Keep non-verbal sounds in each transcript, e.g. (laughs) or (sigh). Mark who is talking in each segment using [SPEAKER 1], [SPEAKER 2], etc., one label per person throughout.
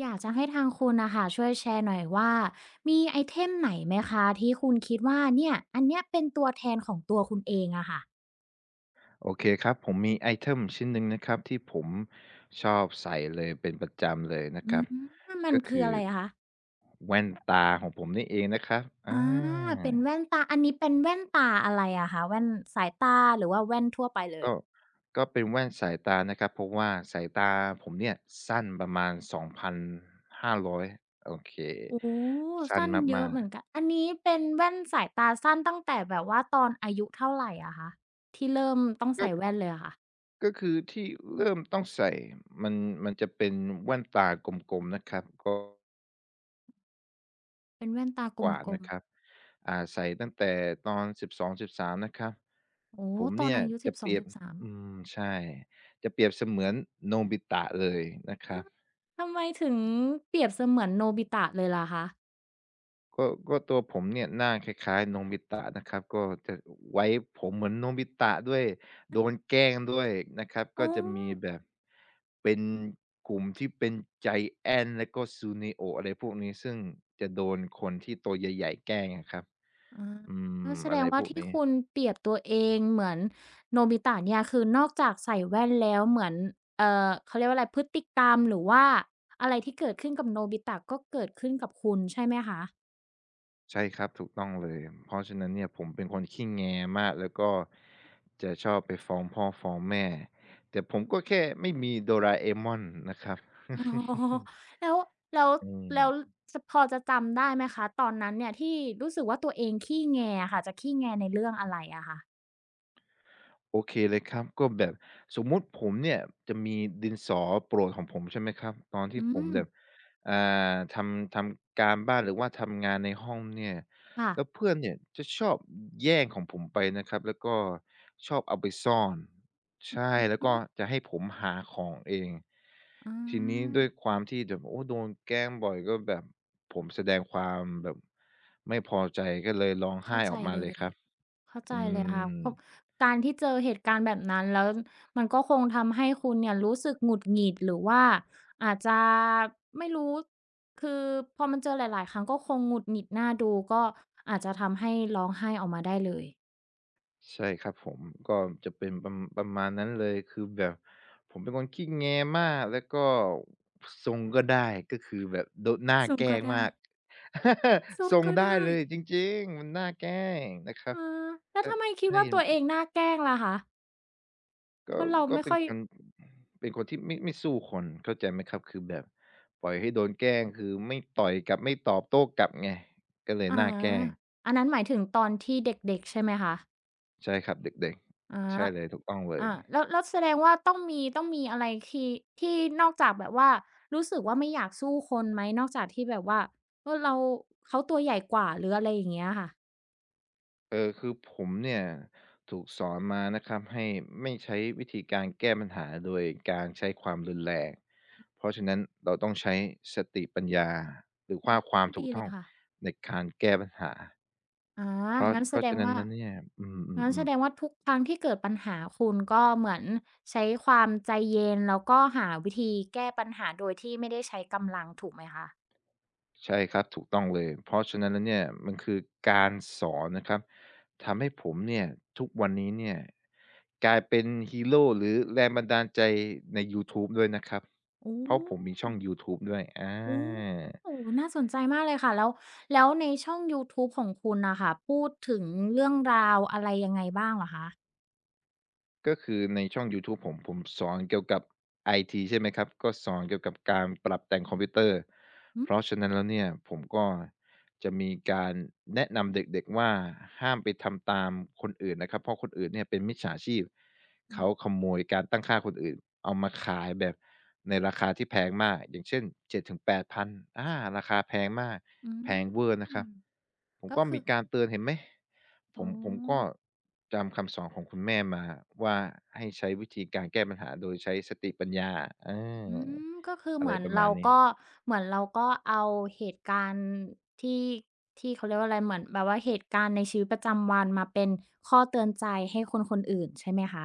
[SPEAKER 1] อยากจะให้ทางคุณนะคะช่วยแชร์หน่อยว่ามีไอเทมไหนไหมคะที่คุณคิดว่าเนี่ยอันเนี้ยเป็นตัวแทนของตัวคุณเองอะค่ะ
[SPEAKER 2] โอเคครับผมมีไอเทมชิ้นหนึ่งนะครับที่ผมชอบใส่เลยเป็นประจำเลยนะ
[SPEAKER 1] อื
[SPEAKER 2] ครับ
[SPEAKER 1] มมัน
[SPEAKER 2] ก็
[SPEAKER 1] คือ
[SPEAKER 2] คือ
[SPEAKER 1] อะไรคะ
[SPEAKER 2] แว่นตาของผมนี่เองนะครับอา
[SPEAKER 1] อาเป็นแว่นตาอันนี้เป็นแว่นตาอะไรอะคะแว่นสายตาหรือว่าแว่นทั่วไปเลย
[SPEAKER 2] ก็เป็นแว่นสายตานะครับเพราะว่าสายตาผมเนี่ยสั้นประมาณ2,500โอเค
[SPEAKER 1] โอ้
[SPEAKER 2] สั้น
[SPEAKER 1] สั้นเยอะ
[SPEAKER 2] มา
[SPEAKER 1] เห
[SPEAKER 2] ก
[SPEAKER 1] มื
[SPEAKER 2] ๆ
[SPEAKER 1] อนกันอันนี้เป็นแว่นสายตาสั้นตั้งแต่แบบว่าตอนอายุเท่าไรอะคะที่เริ่มต้องใส่แว่
[SPEAKER 2] ก็
[SPEAKER 1] นเลยอะค่ะ
[SPEAKER 2] คือที่เริ่มต้องใส่มันมันจะเป็นแว่นตากลมๆนะครับก็
[SPEAKER 1] เป็นแว่นตาก
[SPEAKER 2] กว่า
[SPEAKER 1] ล
[SPEAKER 2] นะ
[SPEAKER 1] ม
[SPEAKER 2] ค
[SPEAKER 1] ๆ
[SPEAKER 2] รับใส่ตั้งแต่ตอน1ส1 3นะครับ
[SPEAKER 1] โอ้
[SPEAKER 2] ผม
[SPEAKER 1] ตอน
[SPEAKER 2] เนี่ย
[SPEAKER 1] อายุ
[SPEAKER 2] จะเป
[SPEAKER 1] 12-13
[SPEAKER 2] รี
[SPEAKER 1] อง
[SPEAKER 2] ยบ
[SPEAKER 1] สิบสาม
[SPEAKER 2] ใช่จะเปรียบเสมือนโนบิตะเลยนะครั
[SPEAKER 1] อา
[SPEAKER 2] บ
[SPEAKER 1] ทำไมถึงเปรียบเสมือนโนบิตะเลยล่ะคะ
[SPEAKER 2] ก็ตัวผมเนี่ยหน้าคล้ายๆโนบิตะนะครับก็จะไว้ผมเหมือนโนบิตะด้วยโดนแกล้งด้วยนะครับ
[SPEAKER 1] อ๋
[SPEAKER 2] ก็
[SPEAKER 1] อ
[SPEAKER 2] จะมีแบบเป็นกลุ่มที่เป็น Giant แล้วก็ Suneo อะไรพวกนี้ซึ่งจะโดนคนที่ตัวใหญ่ๆแกล้งอะครับ
[SPEAKER 1] อา
[SPEAKER 2] อื
[SPEAKER 1] ก็
[SPEAKER 2] ม
[SPEAKER 1] แสด
[SPEAKER 2] อะ
[SPEAKER 1] ง
[SPEAKER 2] ไร
[SPEAKER 1] ว่า
[SPEAKER 2] พวก
[SPEAKER 1] ที่
[SPEAKER 2] นี้
[SPEAKER 1] คุณเปรียบตัวเองเหมือนโนบิตะเนี่ยคือนอกจากใส่แว่นแล้วเหมือนเขาเรียกว่าอะไรพฤติกรรมหรือว่าอะไรที่เกิดขึ้นกับโนบิตะก็เกิดขึ้นกับคุณใช่ไหมคะ
[SPEAKER 2] ใช่ครับถูกต้องเลยเพราะฉะนั้นเนี่ยผมเป็นคนขี้แงมากแล้วก็จะชอบไปฟ้องพ่อฟ้องแม่แต่ผมก็แค่ไม่มีโดราเอมอนนะครับ (laughs)
[SPEAKER 1] อ๋อแล้วแล้ว
[SPEAKER 2] อื
[SPEAKER 1] แล้ว
[SPEAKER 2] ม
[SPEAKER 1] สพอจะจำได้ไหมคะตอนนั้นเนี่ยที่รู้สึกว่าตัวเองขี้แงอะค่ะจะขี้แงในเรื่องอะไรอะคะ
[SPEAKER 2] โอเคเลยครับก็แบบสมมุติผมเนี่ยจะมีดินสอโปรดของผมใช่ไหมครับตอนที่
[SPEAKER 1] อื
[SPEAKER 2] ผม
[SPEAKER 1] ม
[SPEAKER 2] แบบอ่ทำการบ้านหรือว่าทำงานในห้องเนี่ย
[SPEAKER 1] ค่ะ
[SPEAKER 2] แล้วเพื่อนเนี่ยจะชอบแย่งของผมไปนะครับแล้วก็ชอบเอาไปซ่อนใช่แล้ว
[SPEAKER 1] อื
[SPEAKER 2] ก็
[SPEAKER 1] ม
[SPEAKER 2] จะให้ผมหาของเอง
[SPEAKER 1] อา
[SPEAKER 2] ทีนี้ด้วยความที่แบบโอ้โดนแกล้งบ่อยก็แบบผมแสดงความแบบไม่พอใจก็เลยร้อง
[SPEAKER 1] เข้า
[SPEAKER 2] ไห้
[SPEAKER 1] ใจ
[SPEAKER 2] ออกมา
[SPEAKER 1] เล
[SPEAKER 2] เลย
[SPEAKER 1] ย
[SPEAKER 2] ครับ
[SPEAKER 1] เข้าใจ
[SPEAKER 2] อื
[SPEAKER 1] เลยค่ะ
[SPEAKER 2] ม
[SPEAKER 1] ก็การที่เจอเหตุการณ์แบบนั้นแล้วมันก็คงทำให้คุณเนี่ยรู้สึกหงุดหงิดหรือว่าอาจจะไม่รู้คือพอมันเจอหลายๆครั้งก็คงหงุดหงิดหน้าดูก็อาจจะทำให้ร้องไห้ออกมาได้เลย
[SPEAKER 2] ใช่ครับผมก็จะเป็นประมาณนั้นเลยคือแบบผมเป็นคนขี้แงมากแล้วก็ทรงก็ได้ก็คือแบบโดะน่า
[SPEAKER 1] ส่ง
[SPEAKER 2] แกล้
[SPEAKER 1] ก็
[SPEAKER 2] ง
[SPEAKER 1] ได้
[SPEAKER 2] มาก
[SPEAKER 1] ส่
[SPEAKER 2] (laughs)
[SPEAKER 1] ง
[SPEAKER 2] ทรง
[SPEAKER 1] ก็
[SPEAKER 2] ได้
[SPEAKER 1] ได้
[SPEAKER 2] เลยจริงๆมันน่าแกล้งนะครับ
[SPEAKER 1] อ่าแล้ว
[SPEAKER 2] ก็
[SPEAKER 1] ทำไมคิด
[SPEAKER 2] ถ้า
[SPEAKER 1] ว่า
[SPEAKER 2] เห็น
[SPEAKER 1] ตัวเองน่าแกล้งล่ะคะเพ
[SPEAKER 2] ก็
[SPEAKER 1] ราะเราไม่
[SPEAKER 2] เป็
[SPEAKER 1] ค่
[SPEAKER 2] น
[SPEAKER 1] อย
[SPEAKER 2] คนที่ไม่สู้คนเข้าใจไหมครับคือแบบปล่อยให้โดนแกล้งคือไม่ต่อยกลับไม่ตอบโต้กลับไงก็เลย
[SPEAKER 1] อา
[SPEAKER 2] น่าแกล้ง
[SPEAKER 1] อันนั้นหมายถึงตอนที่เด็กๆใช่ไหมคะ
[SPEAKER 2] ใช่ครับเด็กๆใช่
[SPEAKER 1] อา
[SPEAKER 2] เลยถูกต้องเลย
[SPEAKER 1] อาแล้วแล้วแสดงว่าต้องมี ต้องมีอะไรที่ที่นอกจากแบบว่า รู้สึกว่าไม่อยากสู้คนไหม นอกจากที่แบบว่าเออเราเขาตัวใหญ่กว่า หรืออะไรอย่างเงี้ยค่ะ
[SPEAKER 2] เออคือผมเนี่ยถูกสอนมานะครับให้ไม่ใช้วิธีการแก้ปัญหาโดยการใช้ความรุนแรงเพราะฉะนั้นเราต้องใช้สติปัญญาหรือว่าความ
[SPEAKER 1] ก็
[SPEAKER 2] ถู
[SPEAKER 1] ดี
[SPEAKER 2] ก
[SPEAKER 1] เล
[SPEAKER 2] ต้อ
[SPEAKER 1] ย
[SPEAKER 2] ง
[SPEAKER 1] ค่ะ
[SPEAKER 2] ในการแก้ปัญหา
[SPEAKER 1] อางั้น
[SPEAKER 2] เพ
[SPEAKER 1] แส
[SPEAKER 2] ราะ
[SPEAKER 1] ดง
[SPEAKER 2] ฉะนั้น
[SPEAKER 1] ว่า
[SPEAKER 2] เนี่ยอืมอืม
[SPEAKER 1] งั้น
[SPEAKER 2] อื
[SPEAKER 1] แส
[SPEAKER 2] ม
[SPEAKER 1] ดงว่าทุกครั้งที่เกิดปัญหาคุณก็เหมือนใช้ความใจเย็นแล้วก็หาวิธีแก้ปัญหา โดยที่ไม่ได้ใช้กำลังถูกไหมคะ
[SPEAKER 2] ใช่ครับถูกต้องเลยเพราะฉะนั้นแล้วเนี่ยมันคือการสอนนะครับทำให้ผมเนี่ยทุกวันนี้เนี่ยกลายเป็นฮีโร่หรือแรงบันดาลใจในยูทูบด้วยนะครับ
[SPEAKER 1] อื
[SPEAKER 2] เพราะผมมีช่
[SPEAKER 1] ม
[SPEAKER 2] องยูทูบด้วยอ
[SPEAKER 1] โอ้
[SPEAKER 2] า
[SPEAKER 1] น่าสนใจมากเลยค่ะแล้วในช่องยูทูบของคุณน่ะค่ะพูดถึงเรื่องราวอะไรยังไงบ้างเหรอคะ
[SPEAKER 2] ก็คือในช่องยูทูบผมสอนเกี่ยวกับไอทีใช่ไหมครับก็สอนเกี่ยวกับการปรับแต่งคอมพิวเตอร์
[SPEAKER 1] อื
[SPEAKER 2] เพราะฉะนั้นแล้วเนี่ยผมก็ จะมีการแนะนำเด็กๆว่าห้ามไปทำตามคนอื่นนะครับเพราะคนอื่นเนี่ยเป็นมิจฉาชีพ
[SPEAKER 1] ม
[SPEAKER 2] เขาขโมยการตั้งค่าคนอื่นเอามาขายแบบในราคาที่แพงมากอย่างเช่น7-8 พันอาราคาแพงมาก
[SPEAKER 1] อื
[SPEAKER 2] แพงเวอร์นะครั
[SPEAKER 1] ม
[SPEAKER 2] บผม
[SPEAKER 1] ก็
[SPEAKER 2] ก็
[SPEAKER 1] คือ
[SPEAKER 2] มีการเตือนเห็นไหม
[SPEAKER 1] อ๋อ
[SPEAKER 2] ผมก็จำคำสอนของคุณแม่มาว่าให้ใช้วิธีการแก้ปัญหาโดยใช้สติปัญญาเอ
[SPEAKER 1] อื
[SPEAKER 2] อ
[SPEAKER 1] มก็คือ
[SPEAKER 2] อะ
[SPEAKER 1] เห
[SPEAKER 2] ไร
[SPEAKER 1] มือน
[SPEAKER 2] ประมา
[SPEAKER 1] เรา
[SPEAKER 2] ณนี้
[SPEAKER 1] ก็เหมือนเราก็เอาเหตุการณ์ที่ที่เขาเรียกว่าอะไรเหมือนแบบว่าเหตุการณ์ในชีวิตประจำวันมาเป็นข้อเตือนใจให้คนๆอื่นใช่ไหมคะ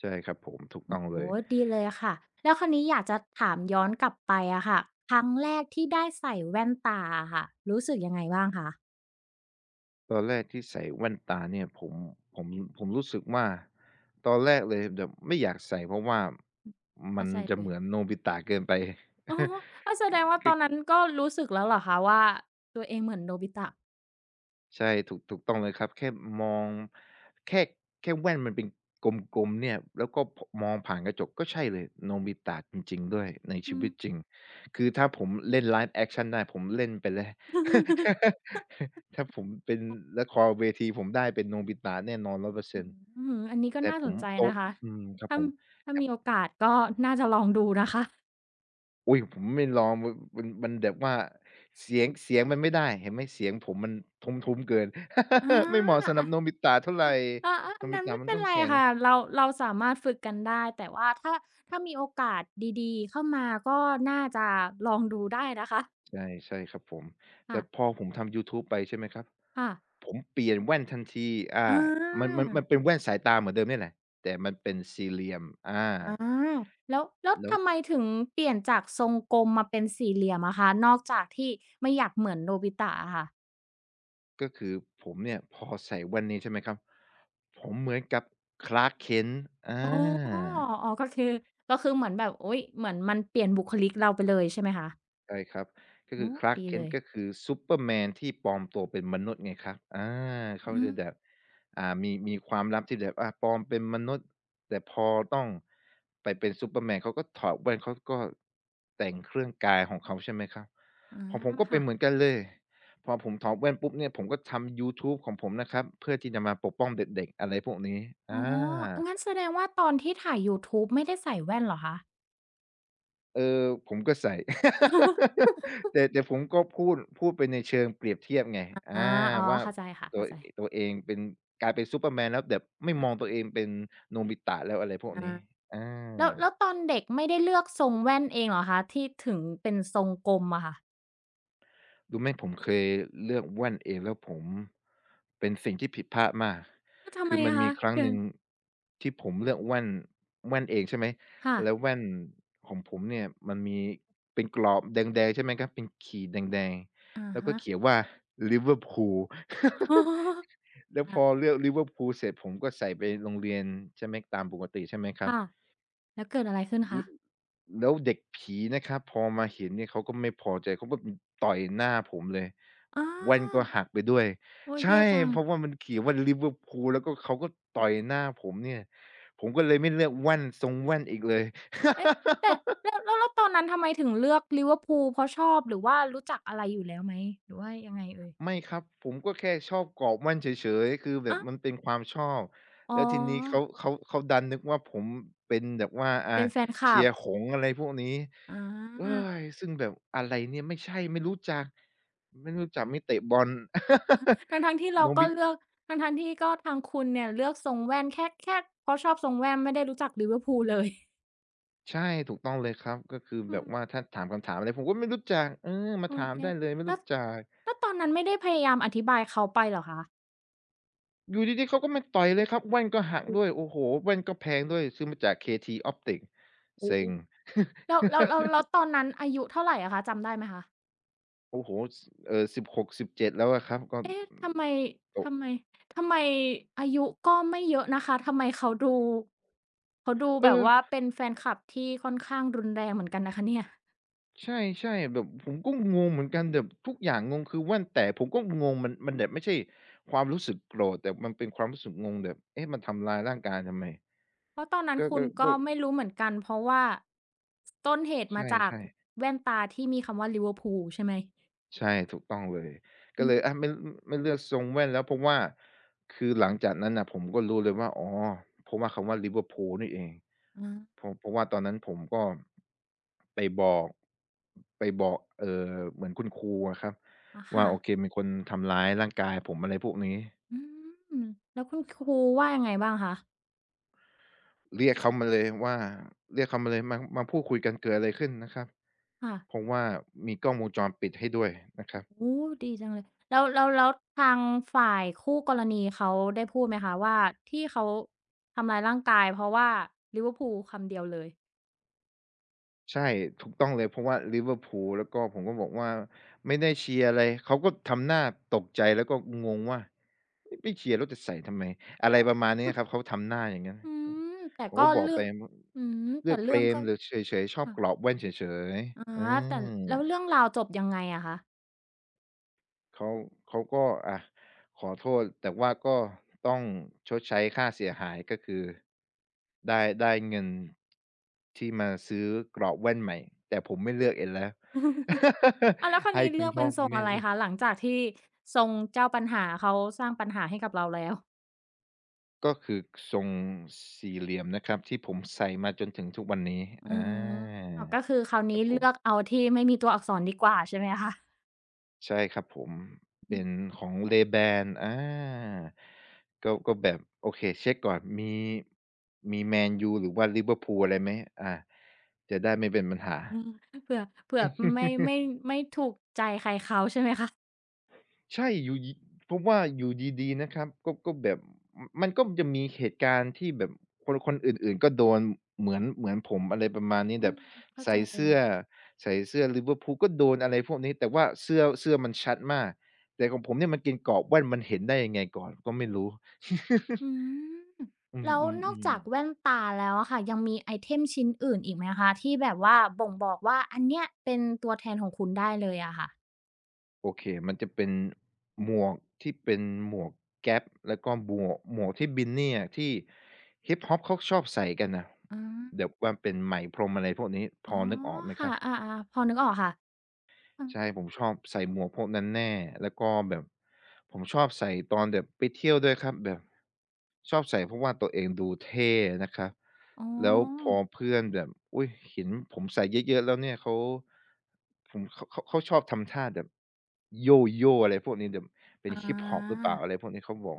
[SPEAKER 2] ใช่ครับผมถูกต้องเล
[SPEAKER 1] โอ้
[SPEAKER 2] ย
[SPEAKER 1] ดีเลยค่ะแล้วคราวนี้อยากจะถามย้อนกลับไปอะค่ะครั้งแรกที่ได้ใส่แว่นตาอะค่ะรู้สึกยังไงบ้างคะ
[SPEAKER 2] ตอนแรกที่ใส่แว่นตาเนี่ยผมผมรู้สึกว่าตอนแรกเลยแบบไม่อยากใส่เพราะว่ามั
[SPEAKER 1] เข้า
[SPEAKER 2] น
[SPEAKER 1] ใจ
[SPEAKER 2] จะ
[SPEAKER 1] เล
[SPEAKER 2] เห
[SPEAKER 1] ย
[SPEAKER 2] มือนโนบิตะเกินไป
[SPEAKER 1] อ๋อ
[SPEAKER 2] (laughs)
[SPEAKER 1] อ้าวแสดงว่าต
[SPEAKER 2] ก็
[SPEAKER 1] อนนั้นก็รู้สึกแล้วเหรอคะว่าตัวเองเหมือนโนบิตะ
[SPEAKER 2] ใช่ถูกต้องเลยครับแค่มองแค่แว่นมันเป็นกลมๆเนี่ยแล้วก็พมองผ่านกระจกก็ใช่เลยโนบิตะจริงๆด้วยใน
[SPEAKER 1] อื
[SPEAKER 2] ชี
[SPEAKER 1] ม
[SPEAKER 2] วิตจริงคือถ้าผมเล่น Live Action ได้ผมเล่นไปเลย
[SPEAKER 1] (laughs)
[SPEAKER 2] (laughs) ถ้าผมเป็นละครเวทีผมได้เป็นโนบิตะแน่นอนร้อยเปอร์
[SPEAKER 1] อื
[SPEAKER 2] เซ็นต์
[SPEAKER 1] มอื้อฮืออันนี้ก็
[SPEAKER 2] แต่
[SPEAKER 1] น่า
[SPEAKER 2] ผ
[SPEAKER 1] ส
[SPEAKER 2] ม
[SPEAKER 1] นใจ
[SPEAKER 2] โต
[SPEAKER 1] นะคะ
[SPEAKER 2] อืมครับ
[SPEAKER 1] ถ้า
[SPEAKER 2] ผม
[SPEAKER 1] ถ้ามีโอกาสก็น่าจะลองดูนะคะ
[SPEAKER 2] อุ๊ยผมไม่ลองมมันมันแบบว่าเสียงมันไม่ได้เห็นไหมเสียงผมมันทุ้มๆเกิน
[SPEAKER 1] อา
[SPEAKER 2] (laughs) ไม่เหมาะสำหรั
[SPEAKER 1] อะ
[SPEAKER 2] บโนบิตะเท่าไร
[SPEAKER 1] ค่ะอาอา
[SPEAKER 2] โน
[SPEAKER 1] อัน
[SPEAKER 2] บิ
[SPEAKER 1] นั้น
[SPEAKER 2] ตะ
[SPEAKER 1] ไม่
[SPEAKER 2] มัน
[SPEAKER 1] เป็น
[SPEAKER 2] ต้อง
[SPEAKER 1] ไร
[SPEAKER 2] เสียง
[SPEAKER 1] ค่ะเราสามารถฝึกกันได้แต่ว่าถ้าถ้ามีโอกาสดีๆเข้ามาก็น่าจะลองดูได้นะคะ
[SPEAKER 2] ใช่ครับผม
[SPEAKER 1] ค่ะ
[SPEAKER 2] แต่พอผมทำยูทูบไปใช่ไหมครับ
[SPEAKER 1] ค่ะ
[SPEAKER 2] ผมเปลี่ยนแว่นทันทีอา
[SPEAKER 1] อา
[SPEAKER 2] มันเป็นแว่นสายตาเหมือนเดิมเนี่ยแหละแต่มันเป็นสี่เหลี่ยมอา
[SPEAKER 1] อาแล้ว
[SPEAKER 2] แล้ว
[SPEAKER 1] ทำไมถึงเปลี่ยนจากทรงกลมมาเป็นสี่เหลี่ยมอะคะนอกจากที่ไม่อยากเหมือนโนบิตะอะค่ะ
[SPEAKER 2] ก็คือผมเนี่ยพอใส่แว่นนี้ใช่ไหมครับผมเหมือนกับ Clark Kent อา
[SPEAKER 1] อ๋ออ๋อก็คือเหมือนแบบอุ๊ยเหมือนมันเปลี่ยนบุคลิกเราไปเลยใช่ไหมคะ
[SPEAKER 2] ใช่ครับก็คือ
[SPEAKER 1] โอ้
[SPEAKER 2] Clark
[SPEAKER 1] ดีเล
[SPEAKER 2] Kent
[SPEAKER 1] ย
[SPEAKER 2] ก็คือซูเปอร์แมนที่ปลอมตัวเป็นมนุษย์ไงครับอาเขา
[SPEAKER 1] อืม
[SPEAKER 2] จะแบบมีความลับที่แบบอาปลอมเป็นมนุษย์แต่พอต้องไปเป็นซูเปอร์แมนเขาก็ถอดแว่นเขาก็แต่งเครื่องกายของเขาใช่ไหมครับ
[SPEAKER 1] อา
[SPEAKER 2] ของผมก็เป็
[SPEAKER 1] ค่ะ
[SPEAKER 2] นเหมือนกันเลยพอผมถอดแว่นปุ๊บเนี่ยผมก็ทำยูทูบของผมนะครับเพื่อที่จะมาปกป้องเด็กๆอะไรพวกนี้
[SPEAKER 1] อ๋อ
[SPEAKER 2] อา
[SPEAKER 1] งั้นแสดงว่าตอนที่ถ่ายยูทูบไม่ได้ใส่แว่นเหรอคะ
[SPEAKER 2] เออผมก็ใส่ (laughs) แต่ผมก็พูดไปในเชิงเปรียบเทียบไง
[SPEAKER 1] อ
[SPEAKER 2] อา
[SPEAKER 1] าอ๋อ
[SPEAKER 2] ว่า
[SPEAKER 1] เข้าใจค่ะ
[SPEAKER 2] ตัว
[SPEAKER 1] เข้าใจ
[SPEAKER 2] ตัวเองเป็นกลายเป็นซูเปอร์แมนแล้วแบบไม่มอง
[SPEAKER 1] อา
[SPEAKER 2] ตัวเองเป็นโนบิตะแล้วอะไรพวก
[SPEAKER 1] อา
[SPEAKER 2] นี้อา
[SPEAKER 1] แล้วตอนเด็กไม่ได้เลือกทรงแว่นเองเหรอคะที่ถึงเป็นทรงกลมอะค่ะ
[SPEAKER 2] รู้ไหมผมเคยเลือกแว่นเองแล้วผมเป็นสิ่งที่ผิดพลาดมาก
[SPEAKER 1] แล้วทำไม
[SPEAKER 2] คือมัน
[SPEAKER 1] อะ
[SPEAKER 2] มี
[SPEAKER 1] คะ
[SPEAKER 2] ครั้งห
[SPEAKER 1] เกิด
[SPEAKER 2] นึ่งที่ผมเลือกแว่นเองใช่ไหม
[SPEAKER 1] ค่ะ
[SPEAKER 2] แล้วแว่นของผมเนี่ยมันมีเป็นกรอบแดงๆใช่ไหมครับเป็นขีดแดง
[SPEAKER 1] อะ
[SPEAKER 2] ๆแล้วก็
[SPEAKER 1] ฮะ
[SPEAKER 2] เขียนว่าลิเวอร์พูล (laughs)
[SPEAKER 1] (laughs) อ๋อ
[SPEAKER 2] แล้วพ
[SPEAKER 1] อา
[SPEAKER 2] อเลือกลิเวอร์พูลเสร็จผมก็ใส่ไปโรงเรียนใช่ไหมตามปกติใช่ไหมครับ
[SPEAKER 1] ค่ะแล้วเกิดอะไรขึ้นคะ
[SPEAKER 2] แล้วเด็กผีนะครับพอมาเห็นเนี่ยเขาก็ไม่พอใจเขาก็ต่อยหน้าผมเลย
[SPEAKER 1] อา
[SPEAKER 2] แว่นก็หักไปด้วย
[SPEAKER 1] โอ๊ยแย่
[SPEAKER 2] ใช่
[SPEAKER 1] จัง
[SPEAKER 2] เพราะว่ามันเขียนว่าริเวอร์พูลแล้วก็เขาก็ต่อยหน้าผมเนี่ยผมก็เลยไม่เลือกแว่นทรงแว่นอีกเลย
[SPEAKER 1] เอ๊ะแต่แล้วตอนนั้นทำไมถึงเลือกลิเวอร์พูลเพราะชอบหรือว่ารู้จักอะไรอยู่แล้วไหมหรือว่ายังไงเอ่ย
[SPEAKER 2] ไม่ครับผมก็แค่ชอบกรอบแว่นเฉยๆคือแบ
[SPEAKER 1] อะ
[SPEAKER 2] บมันเป็นความชอบ
[SPEAKER 1] อ๋อ
[SPEAKER 2] แล้วทีนี้เขาดันนึกว่าผมเป็นแบบว่าอา
[SPEAKER 1] เป็นแฟนคลั
[SPEAKER 2] เชี
[SPEAKER 1] บ
[SPEAKER 2] ยร์หงส์อะไรพวกนี้
[SPEAKER 1] อ
[SPEAKER 2] เฮ้
[SPEAKER 1] า
[SPEAKER 2] ยซึ่งแบบอะไรเนี่ยไม่ใช่ไม่รู้จักไม่เตะบอล
[SPEAKER 1] ทั้งๆที่
[SPEAKER 2] (laughs)
[SPEAKER 1] เรา
[SPEAKER 2] โน
[SPEAKER 1] ก็
[SPEAKER 2] บิ
[SPEAKER 1] เลือกทั้งๆที่ก็ทางคุณเนี่ยเลือกทรงแว่นแค่แค่เพราะชอบทรงแว่นไม่ได้รู้จักลิเวอร์พูลเลย
[SPEAKER 2] ใช่ถูกต้องเลยครับก็คือ
[SPEAKER 1] (laughs) อื
[SPEAKER 2] แบบ
[SPEAKER 1] ม
[SPEAKER 2] ว่าถ้าถามคำถามอะไรผมก็ไม่รู้จักเออมา
[SPEAKER 1] เออ
[SPEAKER 2] ถาม
[SPEAKER 1] แย่
[SPEAKER 2] ได้เลยไม่
[SPEAKER 1] แล้ว
[SPEAKER 2] รู้จัก
[SPEAKER 1] ตอนนั้นไม่ได้พยายามอธิบายเขาไปเหรอคะ
[SPEAKER 2] อยู่ดีๆเขาก็มาต่อยเลยครับแว่นก็หักด้วย
[SPEAKER 1] โอ
[SPEAKER 2] โอ้โฮแว่นก็แพงด้วยซื้อมาจาก KT Optics
[SPEAKER 1] ้
[SPEAKER 2] เซ็
[SPEAKER 1] โฮ
[SPEAKER 2] ง
[SPEAKER 1] แล้ว
[SPEAKER 2] (laughs)
[SPEAKER 1] ตอนนั้นอายุเท่าไรอะคะ จำได้ไหมคะ
[SPEAKER 2] โอ้โฮส16-17แล้วอะครับก็
[SPEAKER 1] เอ๊ะ
[SPEAKER 2] ตก
[SPEAKER 1] ทำไมทำไมอายุก็ไม่เยอะนะคะทำไมเขาดู เขาดู
[SPEAKER 2] เอ
[SPEAKER 1] แบบ
[SPEAKER 2] อ
[SPEAKER 1] ว่าเป็นแฟนคลับที่ค่อนข้างรุนแรงเหมือนกันนะคะเนี่ย
[SPEAKER 2] ใช่ๆแบบผมก็งงเหมือนกันแบบทุกอย่างงงคือแว่นแตกผมก็งงมันแบบไม่ใช่ความรู้สึกโกรธแต่มันเป็นความรู้สึกงงแบบเอ๊ะมันทำร้ายร่างกายทำไม
[SPEAKER 1] เพราะตอนนั้น
[SPEAKER 2] ก็
[SPEAKER 1] คุณ
[SPEAKER 2] ก็
[SPEAKER 1] ก็
[SPEAKER 2] ก็
[SPEAKER 1] ไม่รู้เหมือนกันเพราะว่าต้นเหตุมาจาก
[SPEAKER 2] ใช่ๆ
[SPEAKER 1] แว่นตาที่มีคำว่า Liverpool ใช่ไหม
[SPEAKER 2] ใช่ถูกต้องเลย
[SPEAKER 1] อื
[SPEAKER 2] ก็เลยอา
[SPEAKER 1] ม
[SPEAKER 2] ไม่เลือกทรงแว่นแล้วเพราะว่าคือหลังจากนั้นน่ะผมก็รู้เลยว่าอ๋อเพราะว่าคำว่าลิเวอร์พูลนี่เอง
[SPEAKER 1] อา
[SPEAKER 2] เพราะว่าตอนนั้นผมก็ไปบอกเหมือนคุณครูอะครับ
[SPEAKER 1] อะ
[SPEAKER 2] ว่า
[SPEAKER 1] ค่ะ
[SPEAKER 2] โอเคมีคนทำร้ายร่างกายผมอะไรพวกนี้
[SPEAKER 1] อืมแล้วคุณครูว่ายังไงบ้างคะ
[SPEAKER 2] เรียกเขามาเลยว่าเรียกเขามาเลยมาพูดคุยกันเกิดอะไรขึ้นนะครับ
[SPEAKER 1] ค่ะ
[SPEAKER 2] เพราะว่ามีกล้องวงจรปิดให้ด้วยนะครับ
[SPEAKER 1] โอ้ดีจังเลยแล้วทางฝ่ายคู่กรณีเขาได้พูดไหมคะว่าที่เขาทำร้ายร่างกายเพราะว่า Liverpool คำเดียวเลย
[SPEAKER 2] ใช่ถูกต้องเลยเพราะว่าลิเวอร์พูลแล้วก็ผมก็บอกว่าไม่ได้เชียร์อะไรเขาก็ทำหน้าตกใจแล้วก็งงว่าไม่เชียร์แล้วจะใส่ทำไมอะไร
[SPEAKER 1] อ้าว
[SPEAKER 2] ประมาณนี้ครับเขาทำหน้าอย่างงั้น
[SPEAKER 1] (laughs) อืมแต่
[SPEAKER 2] ผม
[SPEAKER 1] ก็
[SPEAKER 2] ก็บอก
[SPEAKER 1] เรื่อ
[SPEAKER 2] ไป
[SPEAKER 1] งอืม
[SPEAKER 2] เลื
[SPEAKER 1] แต่
[SPEAKER 2] อกเฟ
[SPEAKER 1] เรื่
[SPEAKER 2] ร
[SPEAKER 1] อง
[SPEAKER 2] ม
[SPEAKER 1] ก็
[SPEAKER 2] หรือเฉยๆชอบ
[SPEAKER 1] ค่ะ
[SPEAKER 2] กรอบแว่นเฉย
[SPEAKER 1] อา
[SPEAKER 2] ๆอื
[SPEAKER 1] แต่
[SPEAKER 2] ม
[SPEAKER 1] แล้วเรื่องราวจบยังไงอะคะ
[SPEAKER 2] เขาเขาก็อะขอโทษแต่ว่าก็ต้องชดใช้ค่าเสียหายก็คือได้เงินที่มาซื้อกรอบแว่นใหม่แต่ผมไม่เลือกเองแล้ว
[SPEAKER 1] อ้าวแล้วค
[SPEAKER 2] (laughs)
[SPEAKER 1] ราว
[SPEAKER 2] ให้
[SPEAKER 1] นี้เลื
[SPEAKER 2] คุ
[SPEAKER 1] อ
[SPEAKER 2] ณ
[SPEAKER 1] ก
[SPEAKER 2] พ่
[SPEAKER 1] เป็
[SPEAKER 2] อ
[SPEAKER 1] นท
[SPEAKER 2] คุ
[SPEAKER 1] ร
[SPEAKER 2] ณ
[SPEAKER 1] ง
[SPEAKER 2] แม่
[SPEAKER 1] อะไร
[SPEAKER 2] เลือก
[SPEAKER 1] คะหลังจากที่ทรงเจ้าปัญหาเขาสร้างปัญหาให้กับเราแล้ว
[SPEAKER 2] ก็คือทรงสี่เหลี่ยมนะครับที่ผมใส่มาจนถึงทุกวันนี้
[SPEAKER 1] อื
[SPEAKER 2] อ
[SPEAKER 1] ม
[SPEAKER 2] า
[SPEAKER 1] อ้าวก็คือคราว
[SPEAKER 2] ครั
[SPEAKER 1] นี้
[SPEAKER 2] บผ
[SPEAKER 1] เลื
[SPEAKER 2] ม
[SPEAKER 1] อกเอาที่ไม่มีตัวอักษรดีกว่าใช่ไหมคะ
[SPEAKER 2] ใช่ครับผม
[SPEAKER 1] อื
[SPEAKER 2] เป็น
[SPEAKER 1] ม
[SPEAKER 2] ของ Ray-Ban อาก็แบบโอเคเช็กก่อนมีแมนยูหรือว่าลิเวอร์พูลอะไรไหมอาจะได้ไม่เป็นปัญหา
[SPEAKER 1] อืมเผื่อเผื่อไม่ไม่ถูกใจใครเขาใช่ไหมคะ
[SPEAKER 2] ใช่อยู่ยผมว่าอยู่ดีๆนะครับก็แบบมมันก็จะมีเหตุการณ์ที่แบบคนอื่นๆก็โดนเหมือนผมอะไรประมาณนี้
[SPEAKER 1] อื
[SPEAKER 2] แบ
[SPEAKER 1] ม
[SPEAKER 2] บ
[SPEAKER 1] เข้า
[SPEAKER 2] ใส่
[SPEAKER 1] ใจเลย
[SPEAKER 2] เสื้อลิเวอร์พูลก็โดนอะไรพวกนี้แต่ว่าเสื้อมันชัดมากแต่ของผมเนี่ยมันเป็นกรอบแว่นมันเห็นได้ยังไงก่อนก็ไม่รู้ (laughs)
[SPEAKER 1] อืม
[SPEAKER 2] อื
[SPEAKER 1] แล้วนอก
[SPEAKER 2] ม
[SPEAKER 1] จาก
[SPEAKER 2] ๆ
[SPEAKER 1] แว่น
[SPEAKER 2] ๆ
[SPEAKER 1] ตาแล้วอะค่ะยังมีไอเทมชิ้นอื่นอีกไหมคะที่แบบว่าบ่งบอกว่าอันเนี้ยเป็นตัวแทนของคุณได้เลยอะค่ะ
[SPEAKER 2] โอเคมันจะเป็นหมวกที่เป็นหมวกแก๊ปแล้วก็หมวกที่บินเนี่ยที่ฮิปฮอปเขาชอบใส่กันน่ะ
[SPEAKER 1] อา
[SPEAKER 2] แบบว่าเป็นไหมพรมอะไรพวกนี้พ
[SPEAKER 1] อ๋อ
[SPEAKER 2] อนึกออกไหมค
[SPEAKER 1] ค่ะ
[SPEAKER 2] รับ
[SPEAKER 1] อาๆพอนึกออกค่ะอืม
[SPEAKER 2] ใช่ผมชอบใส่หมวกพวกนั้นแน่แล้วก็แบบผมชอบใส่ตอนแบบไปเที่ยวด้วยครับแบบชอบใส่เพราะว่าตัวเองดูเท่นะครับ
[SPEAKER 1] อ๋
[SPEAKER 2] แล้วพอ
[SPEAKER 1] อ
[SPEAKER 2] เพื่อนแบบอุ๊ยเห็นผมใส่เยอะๆแล้วเนี่ยเขาผมเขาชอบทำท่าแบบโย่ๆอะไรพวกนี้แบบเป็
[SPEAKER 1] อ
[SPEAKER 2] นฮิปฮอปห
[SPEAKER 1] า
[SPEAKER 2] รือเปล่าอะไรพวกนี้เขาบอก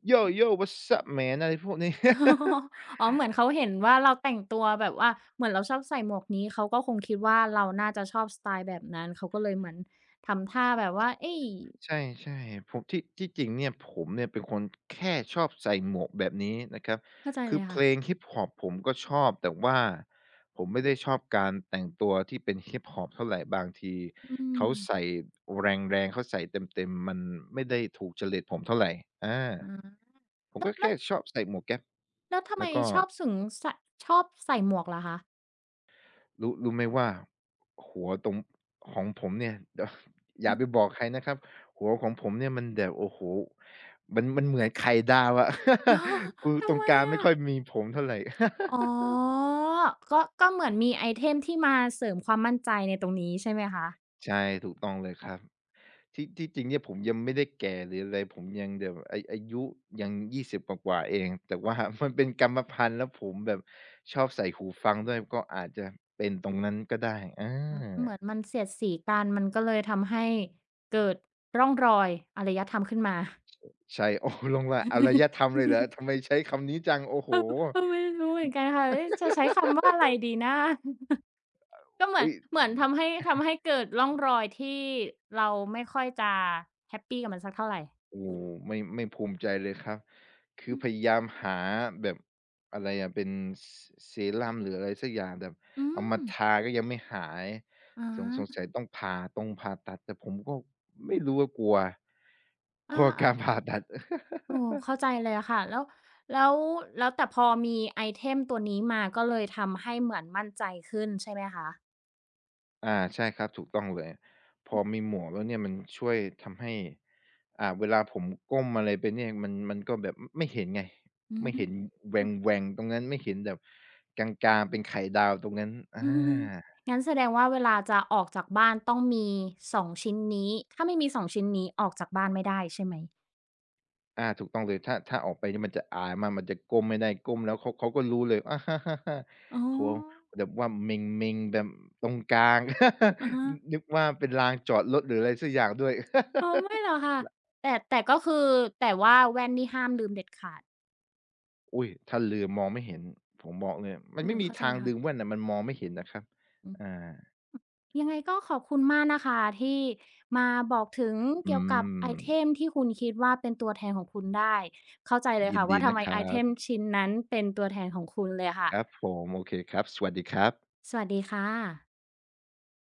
[SPEAKER 2] "Yo yo what's up man" อะไรพวกนี้ (laughs)
[SPEAKER 1] (laughs) อ๋อเหมือนเขาเห็นว่าเราแต่งตัวแบบว่าเหมือนเราชอบใส่หมวกนี้เขาก็คงคิดว่าเราน่าจะชอบสไตล์แบบนั้นเขาก็เลยเหมือนทำท่าแบบว่าเอ๊ย
[SPEAKER 2] ใช่ๆผมที่จริงเนี่ยผมเนี่ยเป็นคนแค่ชอบใส่หมวกแบบนี้นะครับ
[SPEAKER 1] เข้าใจ
[SPEAKER 2] คื
[SPEAKER 1] เล
[SPEAKER 2] อ
[SPEAKER 1] ย
[SPEAKER 2] เพ
[SPEAKER 1] ค่ะ
[SPEAKER 2] ลงฮิปฮอปผมก็ชอบแต่ว่าผมไม่ได้ชอบการแต่งตัวที่เป็นฮิปฮอปเท่าไรบางที
[SPEAKER 1] อืม
[SPEAKER 2] เขาใส่แรงๆเขาใส่เต็มๆมันไม่ได้ถูกจริตผมเท่าไรอา
[SPEAKER 1] อา
[SPEAKER 2] ผม
[SPEAKER 1] แล้ว
[SPEAKER 2] ก็
[SPEAKER 1] แล้
[SPEAKER 2] แค่
[SPEAKER 1] ว
[SPEAKER 2] ชอบใส่หมวกแก๊ป
[SPEAKER 1] แล้วทำไม
[SPEAKER 2] แล้วก็
[SPEAKER 1] ชอบสึงสชอบใส่หมวกล่ะคะ
[SPEAKER 2] รู้ไหมว่าหัวตรงของผมเนี่ย (laughs) เดยวอย่าไปบอกใครนะครับหัวของผมเนี่ยมันแบบโอ้โฮมันเหมือนไข่ดาวอะ
[SPEAKER 1] อ๋อ
[SPEAKER 2] (laughs) คือ
[SPEAKER 1] (laughs)
[SPEAKER 2] ต
[SPEAKER 1] ทำ
[SPEAKER 2] รง
[SPEAKER 1] ไม
[SPEAKER 2] กลางไม่
[SPEAKER 1] อะ
[SPEAKER 2] ค่อยมีผมเท่าไร (laughs)
[SPEAKER 1] อ๋อก็เหมือนมีไอเทมที่มาเสริมความมั่นใจในตรงนี้ใช่ไหมคะ
[SPEAKER 2] ใช่ถูกต้องเลยครับที่จริงเนี่ยผมยังไม่ได้แก่หรืออะไรผมยังแบบอาอายุยัง20กว่าๆเองแต่ว่า (laughs) มันเป็นกรรมพันธุ์แล้วผมแบบชอบใส่หูฟังด้วยก็อาจจะเป็นตรงนั้นก็ได้อ
[SPEAKER 1] อืมเหมือน
[SPEAKER 2] า
[SPEAKER 1] มันเสียดสีกันมันก็เลยทำให้เกิดร่องรอยอารยธรรมขึ้นมา
[SPEAKER 2] ใช่ (laughs) โอ้ลงลัอารยธ
[SPEAKER 1] (laughs)
[SPEAKER 2] รรมเลยเหรอทำไมใช้คำนี้จังโอ้โฮ
[SPEAKER 1] เออไม่รู้เหมือนกันค่ะเอ๊ะจะใช้คำว่าอะไรดีนะก็เหมือน
[SPEAKER 2] อุ๊ย
[SPEAKER 1] เหมือนทำให้เกิดร่องรอยที่เราไม่ค่อยจะแฮปปีกับมันสักเท่าไร
[SPEAKER 2] โอ้โฮไม่ภูมิใจเลยครับคื
[SPEAKER 1] อื
[SPEAKER 2] อ
[SPEAKER 1] ม
[SPEAKER 2] พยายามหาแบบอะไรอะเป็นซเซรั่มหรืออะไรสักอย่างแบบเอามาทาก็ยังไม่หาย
[SPEAKER 1] อื
[SPEAKER 2] สงสั
[SPEAKER 1] ม
[SPEAKER 2] ยต้องผ่าตรงผ่าตัดแต่ผมก็ไม่รู้ว่ากลัว
[SPEAKER 1] อ๋
[SPEAKER 2] ก
[SPEAKER 1] อ
[SPEAKER 2] ลัว
[SPEAKER 1] อาอ
[SPEAKER 2] การผ่าตัด
[SPEAKER 1] โอ้เข้าใจเลยอะค่ะแล้วแล้วแต่พอมีไอเทมตัวนี้มาก็เลยทำให้เหมือนมั่นใจขึ้นใช่ไหมคะ
[SPEAKER 2] อ่าใช่ครับถูกต้องเลยพอมีหมวกแล้วเนี่ยมันช่วยทำให้อ่าเวลาผมก้มอะไรไปเนี่ยมันก็แบบไม่เห็นไง
[SPEAKER 1] อื
[SPEAKER 2] ไม่เห็
[SPEAKER 1] ม
[SPEAKER 2] นแหว่งๆตรงนั้นไม่เห็นแบบกลางๆเป็นไข่ดาวตรงนั้นอ
[SPEAKER 1] อืม
[SPEAKER 2] า
[SPEAKER 1] งั้นแสดงว่าเวลาจะออกจากบ้านต้องมี2ชิ้นนี้ถ้าไม่มี2ชิ้นนี้ออกจากบ้านไม่ได้ใช่ไหม
[SPEAKER 2] อาถูกต้องเลยถ้าออกไปเนี่ยมันจะอายมากมันจะก้มไม่ได้ก้มแล้วเขาก็รู้เลยอา
[SPEAKER 1] อ๋อ
[SPEAKER 2] โอ้โฮแบบว่าเม็งๆแบบตรงกลาง
[SPEAKER 1] อะ
[SPEAKER 2] (laughs)
[SPEAKER 1] ฮะ
[SPEAKER 2] นึกว่าเป็นลานจอดรถหรืออะไรสักอย่างด้วย (laughs)
[SPEAKER 1] อ๋อไม่หรอกค่ะแต่แต่ก็คือแต่ว่าแว่นนี่ห้ามลืมเด็ดขาด
[SPEAKER 2] อุ๊ยถ้าลืมมองไม่เห็นผมบอกเลยมั
[SPEAKER 1] เอ
[SPEAKER 2] นไม่
[SPEAKER 1] อ
[SPEAKER 2] มี
[SPEAKER 1] เข้าใจ
[SPEAKER 2] ทา
[SPEAKER 1] เล
[SPEAKER 2] ง
[SPEAKER 1] ย
[SPEAKER 2] ลื
[SPEAKER 1] ค่ะ
[SPEAKER 2] มแว่นน่ะมันมองไม่เห็นนะครับ
[SPEAKER 1] อื
[SPEAKER 2] อา
[SPEAKER 1] มยังไงก็ขอบคุณมากนะคะที่มาบอกถึง
[SPEAKER 2] อื
[SPEAKER 1] เกี่ยวกับไอ
[SPEAKER 2] ม
[SPEAKER 1] เทมที่คุณคิดว่าเป็นตัวแทนของคุณได้เข้าใจเลย
[SPEAKER 2] ยิน
[SPEAKER 1] ค่ะว่า
[SPEAKER 2] ดี
[SPEAKER 1] ทำ
[SPEAKER 2] นะ
[SPEAKER 1] ไม
[SPEAKER 2] ค
[SPEAKER 1] ไอ
[SPEAKER 2] รั
[SPEAKER 1] เทม
[SPEAKER 2] บ
[SPEAKER 1] ชิ้นนั้นเป็นตัวแทนของคุณเลยค่ะ
[SPEAKER 2] ครับผมโอเคครับสวัสดีครับ
[SPEAKER 1] สวัสดีค่ะ